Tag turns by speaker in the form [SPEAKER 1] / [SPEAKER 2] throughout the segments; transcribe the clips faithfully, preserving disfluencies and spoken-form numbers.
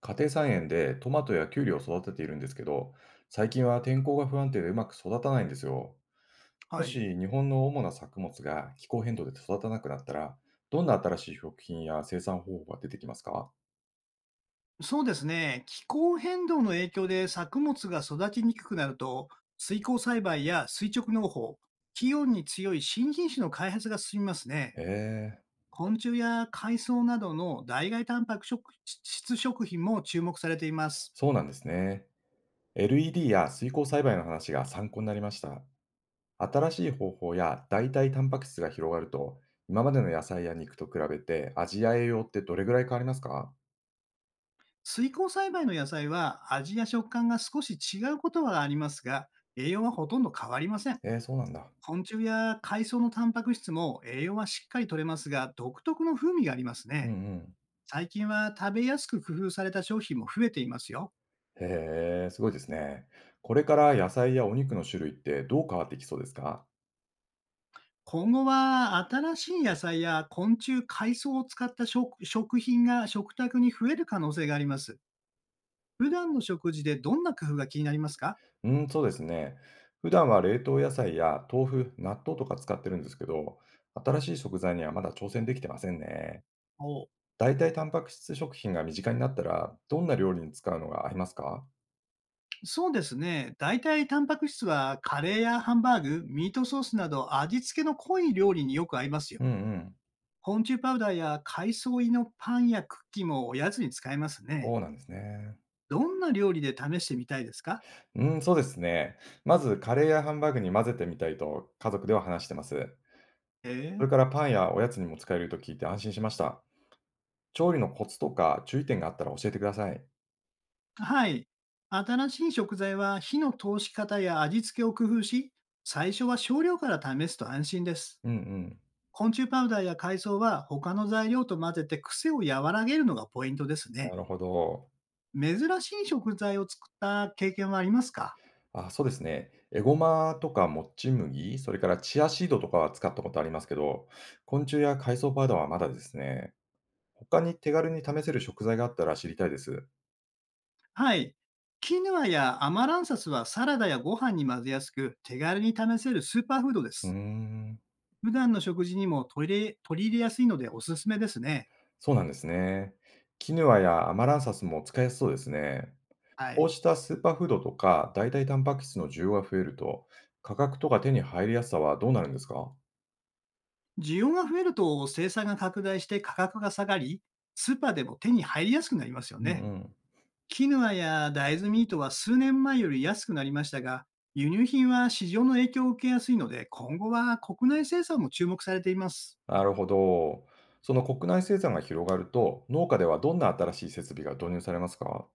[SPEAKER 1] 家庭菜園でトマトやキュウリを育てているんですけど、最近は天候が不安定でうまく育たないんですよ。
[SPEAKER 2] は
[SPEAKER 1] も
[SPEAKER 2] い。
[SPEAKER 1] し日本の主な作物が気候変動で育たなくなったら、どんな新しい食品や生産方法が出てきますか？
[SPEAKER 2] そうですね。気候変動の影響で作物が育ちにくくなると、水耕栽培や垂直農法、気温に強い新品種の開発が進みますね。
[SPEAKER 1] へえ、
[SPEAKER 2] 昆虫や海藻などの代替タンパク食質食品も注目されています。
[SPEAKER 1] そうなんですね。エルイーディー や水耕栽培の話が参考になりました。新しい方法や代替タンパク質が広がると、今までの野菜や肉と比べて味や栄養ってどれぐらい変わりますか？
[SPEAKER 2] 水耕栽培の野菜は味や食感が少し違うことはありますが、栄養はほとんど変わりません。
[SPEAKER 1] えー、そうなんだ。
[SPEAKER 2] 昆虫や海藻のタンパク質も栄養はしっかり取れますが、独特の風味があります
[SPEAKER 1] うんう
[SPEAKER 2] ね。
[SPEAKER 1] ん。
[SPEAKER 2] 最近は食べやすく工夫された商品も増えていますよ。
[SPEAKER 1] へえ、すごいですね。これから野菜やお肉の種類ってどう変わってきそうですか？
[SPEAKER 2] 今後は新しい野菜や昆虫、海藻を使った食食品が食卓に増える可能性があります。普段の食事でどんな工夫が気になりますか？
[SPEAKER 1] うん、そうですね。普段は冷凍野菜や豆腐、納豆とか使ってるんですけど、新しい食材にはまだ挑戦できてませんね。
[SPEAKER 2] お、
[SPEAKER 1] 代替タンパク質食品が身近になったら、どんな料理に使うのが合いますか？
[SPEAKER 2] そうですね。大体タンパク質はカレーやハンバーグ、ミートソースなど味付けの濃い料理によく合いますよ。
[SPEAKER 1] うんうん。
[SPEAKER 2] 昆虫パウダーや海藻入りのパンやクッキーもおやつに使えますね。
[SPEAKER 1] そうなんですね。
[SPEAKER 2] どんな料理で試してみたいですか？
[SPEAKER 1] うん、そうですね。まずカレーやハンバーグに混ぜてみたいと家族では話してます。
[SPEAKER 2] へ
[SPEAKER 1] そ
[SPEAKER 2] え。
[SPEAKER 1] れからパンやおやつにも使えると聞いて安心しました。調理のコツとか注意点があったら教えてください。
[SPEAKER 2] はい。新しい食材は火の通し方や味付けを工夫し、最初は少量から試すと安心です。
[SPEAKER 1] うんうん。
[SPEAKER 2] 昆虫パウダーや海藻は他の材料と混ぜて癖を和らげるのがポイントです
[SPEAKER 1] な
[SPEAKER 2] ね。
[SPEAKER 1] るほど。
[SPEAKER 2] 珍しい食材を作った経験はありますか？
[SPEAKER 1] あ、そうですね。エゴマとかもち麦、それからチアシードとかは使ったことありますけど、昆虫や海藻パウダーはまだですね。他に手軽に試せる食材があったら知りたいです。
[SPEAKER 2] はい。キヌアやアマランサスはサラダやご飯に混ぜやすく手軽に試せるスーパーフードで
[SPEAKER 1] うー
[SPEAKER 2] す。
[SPEAKER 1] ん、
[SPEAKER 2] 普段の食事にも取り入れ取り入れやすいのでおすすめですね。
[SPEAKER 1] そうなんですね。キヌアやアマランサスも使いやすそうですね。
[SPEAKER 2] は
[SPEAKER 1] こう
[SPEAKER 2] い。
[SPEAKER 1] したスーパーフードとか代替タンパク質の需要が増えると、価格とか手に入りやすさはどうなるんですか？
[SPEAKER 2] 需要が増えると生産が拡大して価格が下がり、スーパーでも手に入りやすくなりますよ
[SPEAKER 1] うんう
[SPEAKER 2] ね。
[SPEAKER 1] ん。
[SPEAKER 2] キヌアや大豆ミートは数年前より安くなりましたが、輸入品は市場の影響を受けやすいので、今後は国内生産も注目されています。
[SPEAKER 1] なるほど。その国内生産が広がると、農家ではどんな新しい設備が導入されますか？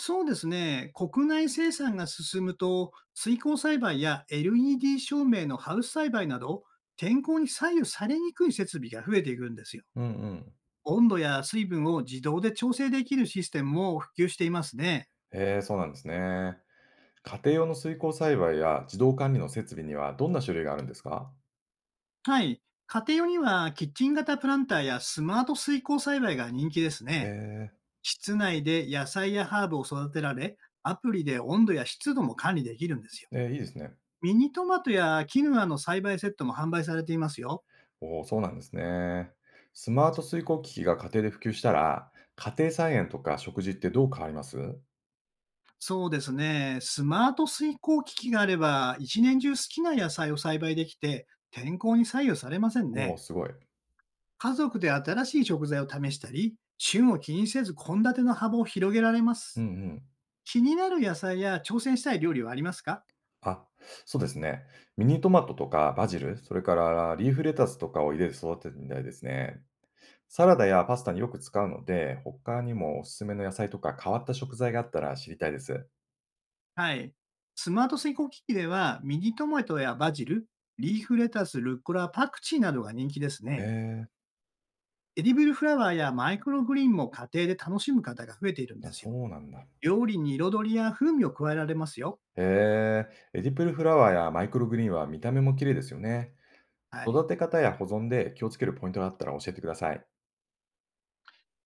[SPEAKER 2] そうですね。国内生産が進むと、水耕栽培や エルイーディー 照明のハウス栽培など、天候に左右されにくい設備が増えていくんですよ。
[SPEAKER 1] うんうん。
[SPEAKER 2] 温度や水分を自動で調整できるシステムも普及していますね。
[SPEAKER 1] へえ、そうなんですね。家庭用の水耕栽培や自動管理の設備にはどんな種類があるんですか？
[SPEAKER 2] はい。家庭用にはキッチン型プランターやスマート水耕栽培が人気ですね。
[SPEAKER 1] え
[SPEAKER 2] 室内で野菜やハーブを育てられ、アプリで温度や湿度も管理できるんですよ。
[SPEAKER 1] ー、えーいいですね。
[SPEAKER 2] ミニトマトやキヌアの栽培セットも販売されていますよ。
[SPEAKER 1] おお、そうなんですね。スマート水耕機器が家庭で普及したら、家庭菜園とか食事ってどう変わります？
[SPEAKER 2] そうですね。スマート水耕機器があれば、一年中好きな野菜を栽培できて、天候に左右されません
[SPEAKER 1] おおー、
[SPEAKER 2] ね。
[SPEAKER 1] すごい。
[SPEAKER 2] 家族で新しい食材を試したり、旬を気にせず献立の幅を広げられま
[SPEAKER 1] うん
[SPEAKER 2] す。
[SPEAKER 1] うん。
[SPEAKER 2] 気になる野菜や挑戦したい料理はありますか？
[SPEAKER 1] あ、そうですね。ミニトマトとかバジル、それからリーフレタスとかを家で育ててみたいですね。サラダやパスタによく使うので、他にもおすすめの野菜とか変わった食材があったら知りたいです。
[SPEAKER 2] はい。スマート水耕機器では、ミニトマトやバジル、リーフレタス、ルッコラ、パクチーなどが人気です
[SPEAKER 1] え
[SPEAKER 2] ね。
[SPEAKER 1] え、
[SPEAKER 2] エディブルフラワーやマイクログリーンも家庭で楽しむ方が増えているんで
[SPEAKER 1] あ、
[SPEAKER 2] す
[SPEAKER 1] そ
[SPEAKER 2] よ。
[SPEAKER 1] うなんだ。
[SPEAKER 2] 料理に彩りや風味を加えられますよ。
[SPEAKER 1] へえー、エディプルフラワーやマイクログリーンは見た目も綺麗ですよね。
[SPEAKER 2] はい。
[SPEAKER 1] 育て方や保存で気をつけるポイントがあったら教えてください。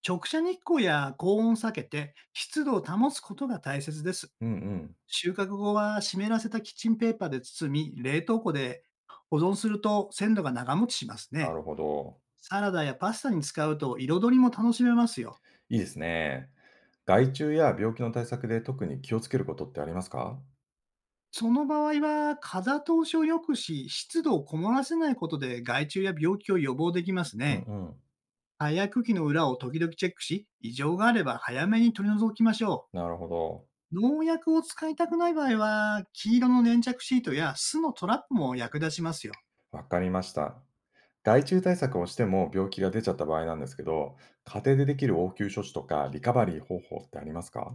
[SPEAKER 2] 直射日光や高温を避けて、湿度を保つことが大切です。
[SPEAKER 1] うんうん。
[SPEAKER 2] 収穫後は湿らせたキッチンペーパーで包み、冷凍庫で保存すると鮮度が長持ちします
[SPEAKER 1] な
[SPEAKER 2] ね。
[SPEAKER 1] るほど。
[SPEAKER 2] サラダやパスタに使うと彩りも楽しめますよ。
[SPEAKER 1] いいですね。害虫や病気の対策で特に気をつけることってありますか？
[SPEAKER 2] その場合は、風通しを良くし、湿度をこもらせないことで害虫や病気を予防できます
[SPEAKER 1] うん
[SPEAKER 2] ね。
[SPEAKER 1] うん。
[SPEAKER 2] 葉や茎の裏を時々チェックし、異常があれば早めに取り除きましょ
[SPEAKER 1] なるほど。
[SPEAKER 2] う。農薬を使いたくない場合は、黄色の粘着シートや巣のトラップも役立ちますよ。
[SPEAKER 1] わかりました。害虫対策をしても病気が出ちゃった場合なんですけど、家庭でできる応急処置とかリカバリー方法ってありますか？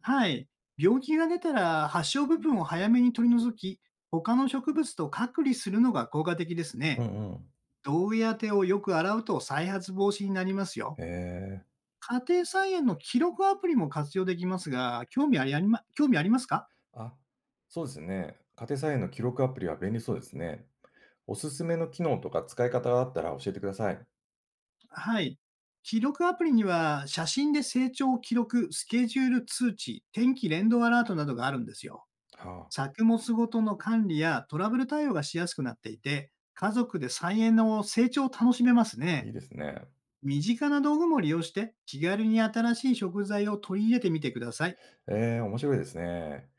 [SPEAKER 2] はい。病気が出たら発症部分を早めに取り除き、他の植物と隔離するのが効果的です
[SPEAKER 1] う
[SPEAKER 2] ね。
[SPEAKER 1] んうん。
[SPEAKER 2] 同意当てをよく洗うと再発防止になりますよ。
[SPEAKER 1] へえ。
[SPEAKER 2] 家庭菜園の記録アプリも活用できますが、興味ありありま興味ありますか？
[SPEAKER 1] あ、そうですね。家庭菜園の記録アプリは便利そうですね。おすすめの機能とか使い方があったら教えてください。
[SPEAKER 2] はい。記録アプリには写真で成長を記録、スケジュール通知、天気連動アラートなどがあるんですよ。
[SPEAKER 1] は
[SPEAKER 2] 作物ごとの管理やトラブル対応がしやすくなっていて、家族で菜園の成長を楽しめます
[SPEAKER 1] あ、い
[SPEAKER 2] ね。
[SPEAKER 1] いですね。
[SPEAKER 2] 身近な道具も利用して気軽に新しい食材を取り入れてみてください。
[SPEAKER 1] ええ、面白いですね。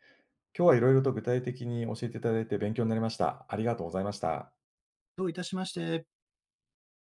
[SPEAKER 1] 今日はいろいろと具体的に教えていただいて勉強になりました。ありがとうございました。
[SPEAKER 2] どういたしまして。